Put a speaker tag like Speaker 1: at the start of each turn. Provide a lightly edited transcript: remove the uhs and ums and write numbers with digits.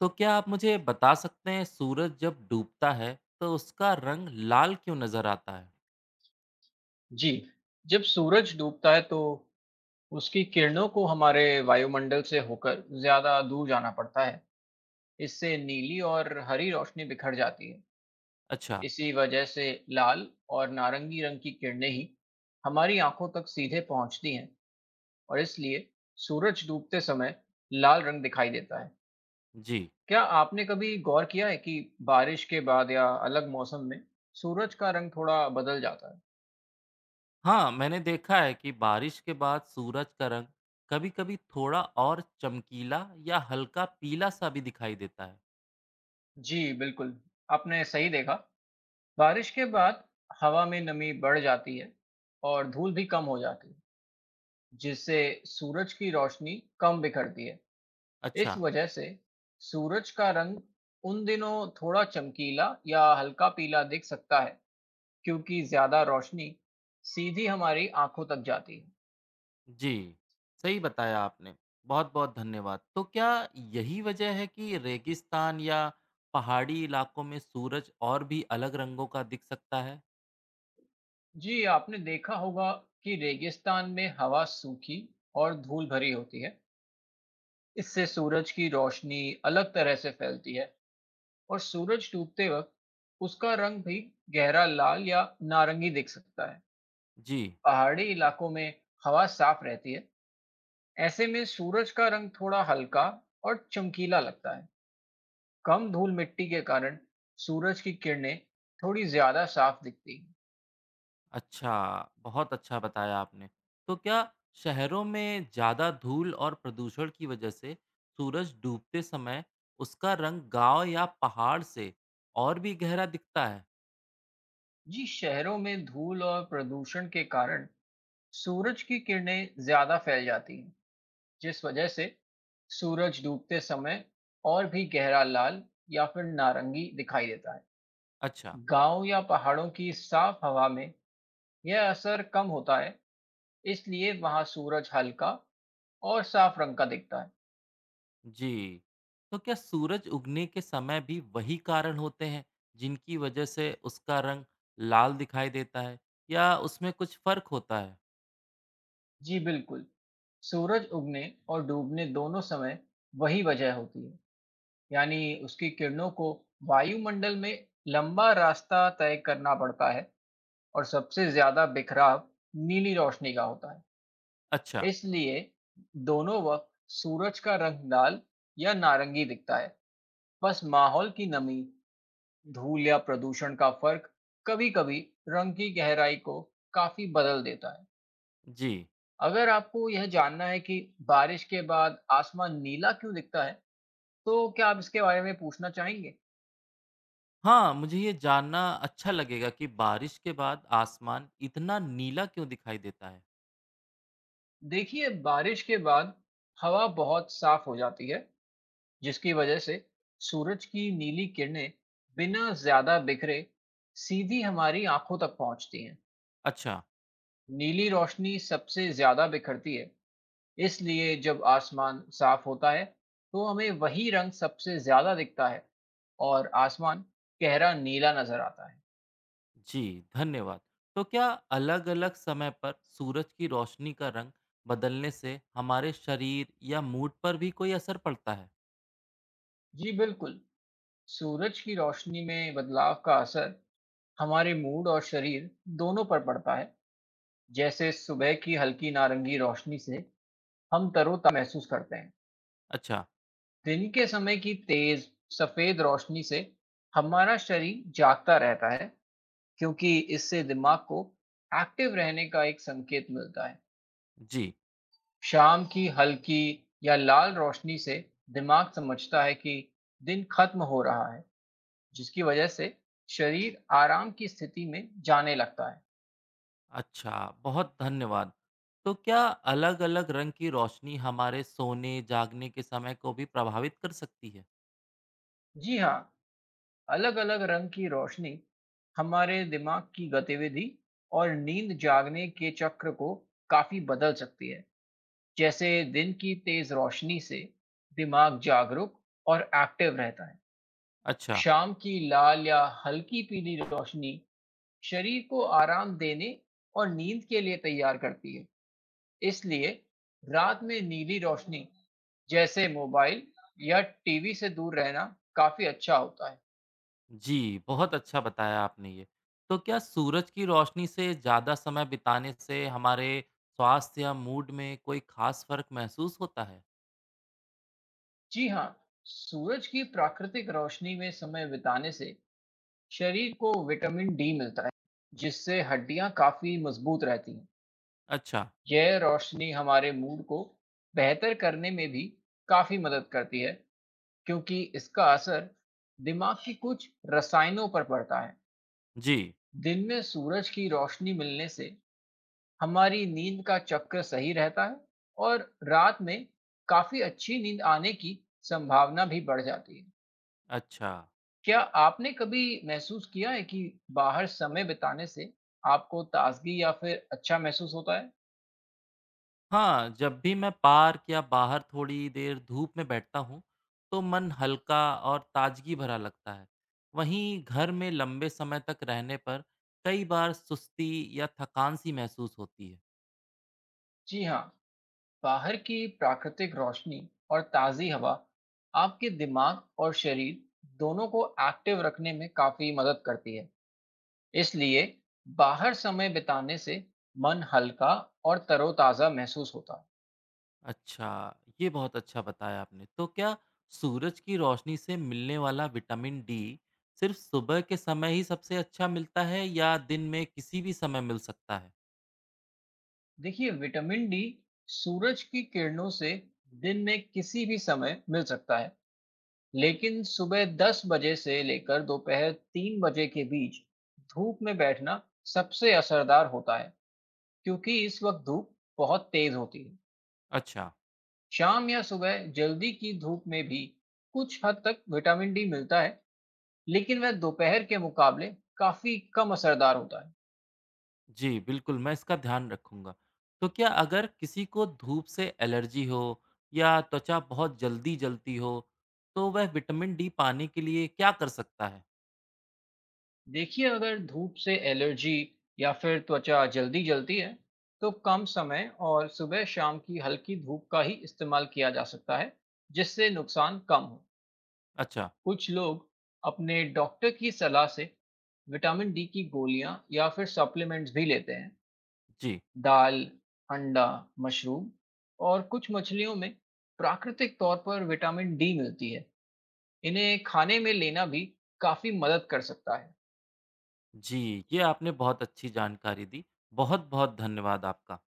Speaker 1: तो क्या आप मुझे बता सकते हैं सूरज जब डूबता है तो उसका रंग लाल क्यों नजर आता है?
Speaker 2: जी, जब सूरज डूबता है तो उसकी किरणों को हमारे वायुमंडल से होकर ज्यादा दूर जाना पड़ता है। इससे नीली और हरी रोशनी बिखर जाती है।
Speaker 1: अच्छा।
Speaker 2: इसी वजह से लाल और नारंगी रंग की किरणें ही हमारी आंखों तक सीधे पहुंचती हैं और इसलिए सूरज डूबते समय लाल रंग दिखाई देता है।
Speaker 1: जी।
Speaker 2: क्या आपने कभी गौर किया है कि बारिश के बाद या अलग मौसम में सूरज का रंग थोड़ा बदल जाता है?
Speaker 1: हाँ, मैंने देखा है कि बारिश के बाद सूरज का रंग कभी-कभी थोड़ा और चमकीला या हल्का पीला सा भी दिखाई देता है।
Speaker 2: जी, बिल्कुल। आपने सही देखा। बारिश के बाद हवा में नमी बढ़ जाती है और धूल भी कम हो जाती है जिससे सूरज की रोशनी कम बिखरती है।
Speaker 1: अच्छा।
Speaker 2: इस वजह से सूरज का रंग उन दिनों थोड़ा चमकीला या हल्का पीला दिख सकता है क्योंकि ज्यादा रोशनी सीधी हमारी आंखों तक जाती है।
Speaker 1: जी। सही बताया आपने। बहुत-बहुत धन्यवाद। तो क्या यही वजह है कि रेगिस्तान या पहाड़ी इलाकों में सूरज और भी अलग रंगों का दिख सकता है?
Speaker 2: जी, आपने देखा होगा कि रेगिस्तान में हवा सूखी और धूल भरी होती है। इससे सूरज की रोशनी अलग तरह से फैलती है और सूरज डूबते वक्त उसका रंग भी गहरा लाल या नारंगी दिख सकता है।
Speaker 1: जी।
Speaker 2: पहाड़ी इलाकों में हवा साफ रहती है, ऐसे में सूरज का रंग थोड़ा हल्का और चमकीला लगता है। कम धूल मिट्टी के कारण सूरज की किरणें थोड़ी ज्यादा साफ दिखती हैं।
Speaker 1: अच्छा, बहुत अच्छा बताया आपने। तो क्या शहरों में ज़्यादा धूल और प्रदूषण की वजह से सूरज डूबते समय उसका रंग गाँव या पहाड़ से और भी गहरा दिखता है?
Speaker 2: जी, शहरों में धूल और प्रदूषण के कारण सूरज की किरणें ज्यादा फैल जाती हैं, जिस वजह से सूरज डूबते समय और भी गहरा लाल या फिर नारंगी दिखाई देता है।
Speaker 1: अच्छा।
Speaker 2: गांव या पहाड़ों की साफ हवा में यह असर कम होता है, इसलिए वहां सूरज हल्का और साफ रंग का दिखता है।
Speaker 1: जी। तो क्या सूरज उगने के समय भी वही कारण होते हैं जिनकी वजह से उसका रंग लाल दिखाई देता है या उसमें कुछ फ़र्क होता है?
Speaker 2: जी बिल्कुल, सूरज उगने और डूबने दोनों समय वही वजह होती है, यानी उसकी किरणों को वायुमंडल में लंबा रास्ता तय करना पड़ता है और सबसे ज्यादा बिखराव नीली रोशनी का होता है।
Speaker 1: अच्छा।
Speaker 2: इसलिए दोनों वक्त सूरज का रंग लाल या नारंगी दिखता है। बस माहौल की नमी, धूल या प्रदूषण का फर्क कभी-कभी रंग की गहराई को काफी बदल देता है।
Speaker 1: जी।
Speaker 2: अगर आपको यह जानना है कि बारिश के बाद आसमान नीला क्यों दिखता है, तो क्या आप इसके बारे में पूछना चाहेंगे?
Speaker 1: हाँ, मुझे ये जानना अच्छा लगेगा कि बारिश के बाद आसमान इतना नीला क्यों दिखाई देता है।
Speaker 2: देखिए, बारिश के बाद हवा बहुत साफ हो जाती है, जिसकी वजह से सूरज की नीली किरणें बिना ज्यादा बिखरे सीधी हमारी आंखों तक पहुंचती हैं।
Speaker 1: अच्छा।
Speaker 2: नीली रोशनी सबसे ज्यादा बिखरती है, इसलिए जब आसमान साफ होता है तो हमें वही रंग सबसे ज्यादा दिखता है और आसमान गहरा नीला नजर आता है।
Speaker 1: जी, धन्यवाद। तो क्या अलग-अलग समय पर सूरज की रोशनी का रंग बदलने से हमारे शरीर या मूड पर भी कोई असर पड़ता है?
Speaker 2: जी बिल्कुल, सूरज की रोशनी में बदलाव का असर हमारे मूड और शरीर दोनों पर पड़ता है। जैसे सुबह की हल्की नारंगी रोशनी से हम तरोताजा महसूस करते हैं।
Speaker 1: अच्छा।
Speaker 2: दिन के समय की तेज सफेद रोशनी से हमारा शरीर जागता रहता है क्योंकि इससे दिमाग को एक्टिव रहने का एक संकेत मिलता है।
Speaker 1: जी।
Speaker 2: शाम की हल्की या लाल रोशनी से दिमाग समझता है कि दिन खत्म हो रहा है, जिसकी वजह से शरीर आराम की स्थिति में जाने लगता है।
Speaker 1: अच्छा, बहुत धन्यवाद। तो क्या अलग-अलग रंग की रोशनी हमारे सोने, जागने के समय को भी प्रभावित कर सकती है?
Speaker 2: जी हाँ, अलग अलग रंग की रोशनी हमारे दिमाग की गतिविधि और नींद जागने के चक्र को काफी बदल सकती है। जैसे दिन की तेज रोशनी से दिमाग जागरूक और एक्टिव रहता है।
Speaker 1: अच्छा।
Speaker 2: शाम की लाल या हल्की पीली रोशनी शरीर को आराम देने और नींद के लिए तैयार करती है। इसलिए रात में नीली रोशनी जैसे मोबाइल या टीवी से दूर रहना काफी अच्छा होता है।
Speaker 1: जी, बहुत अच्छा बताया आपने ये। तो क्या सूरज की रोशनी से ज़्यादा समय बिताने से हमारे स्वास्थ्य या मूड में कोई ख़ास फ़र्क महसूस होता है?
Speaker 2: जी हाँ, सूरज की प्राकृतिक रोशनी में समय बिताने से शरीर को विटामिन डी मिलता है, जिससे हड्डियाँ काफी मजबूत रहती हैं।
Speaker 1: अच्छा।
Speaker 2: यह रोशनी हमारे मूड को बेहतर करने में भी काफी मदद करती है क्योंकि इसका असर दिमाग की कुछ रसायनों पर पड़ता है।
Speaker 1: जी।
Speaker 2: दिन में सूरज की रोशनी मिलने से हमारी नींद का चक्र सही रहता है और रात में काफी अच्छी नींद आने की संभावना भी बढ़ जाती है।
Speaker 1: अच्छा।
Speaker 2: क्या आपने कभी महसूस किया है कि बाहर समय बिताने से आपको ताजगी या फिर अच्छा महसूस होता है?
Speaker 1: हाँ, जब भी मैं पार्क या बाहर थोड़ी देर धूप में बैठता हूँ, तो मन हल्का और ताज़गी भरा लगता है। वहीं घर में लंबे समय तक रहने पर कई बार सुस्ती या थकान सी महसूस होती है।
Speaker 2: जी हाँ, बाहर की प्राकृतिक रोशनी और ताज़ी हवा आपके दिमाग और शरीर दोनों को एक्टिव रखने में काफी मदद करती है। इसलिए बाहर समय बिताने से मन हल्का और तरोताजा महसूस होता है।
Speaker 1: अच्छा, ये बहुत अच्छा बताया आपने। तो क्या सूरज की रोशनी से मिलने वाला विटामिन डी सिर्फ़ सुबह के समय ही सबसे अच्छा मिलता है या दिन में किसी भी समय मिल सकता है?
Speaker 2: देखिए, विटामिन डी सूरज की किरणों से दिन में किसी भी समय मिल सकता है, लेकिन सुबह 10 बजे से लेकर दोपहर 3 बजे के बीच धूप में बैठना सबसे असरदार होता है क्योंकि इस वक्त धूप बहुत तेज होती है।
Speaker 1: अच्छा।
Speaker 2: शाम या सुबह जल्दी की धूप में भी कुछ हद तक विटामिन डी मिलता है, लेकिन वह दोपहर के मुकाबले काफ़ी कम असरदार होता है।
Speaker 1: जी बिल्कुल, मैं इसका ध्यान रखूँगा। तो क्या अगर किसी को धूप से एलर्जी हो या त्वचा बहुत जल्दी जलती हो, तो वह विटामिन डी पाने के लिए क्या कर सकता है?
Speaker 2: देखिए, अगर धूप से एलर्जी या फिर त्वचा जल्दी जलती है, तो कम समय और सुबह-शाम की हल्की धूप का ही इस्तेमाल किया जा सकता है, जिससे नुकसान कम हो।
Speaker 1: अच्छा।
Speaker 2: कुछ लोग अपने डॉक्टर की सलाह से विटामिन डी की गोलियां या फिर सप्लीमेंट्स भी लेते हैं।
Speaker 1: जी।
Speaker 2: दाल, अंडा, मशरूम और कुछ मछलियों में प्राकृतिक तौर पर विटामिन डी मिलती है, इन्हें खाने में लेना भी काफ़ी मदद कर सकता है।
Speaker 1: जी, ये आपने बहुत अच्छी जानकारी दी। बहुत-बहुत धन्यवाद आपका।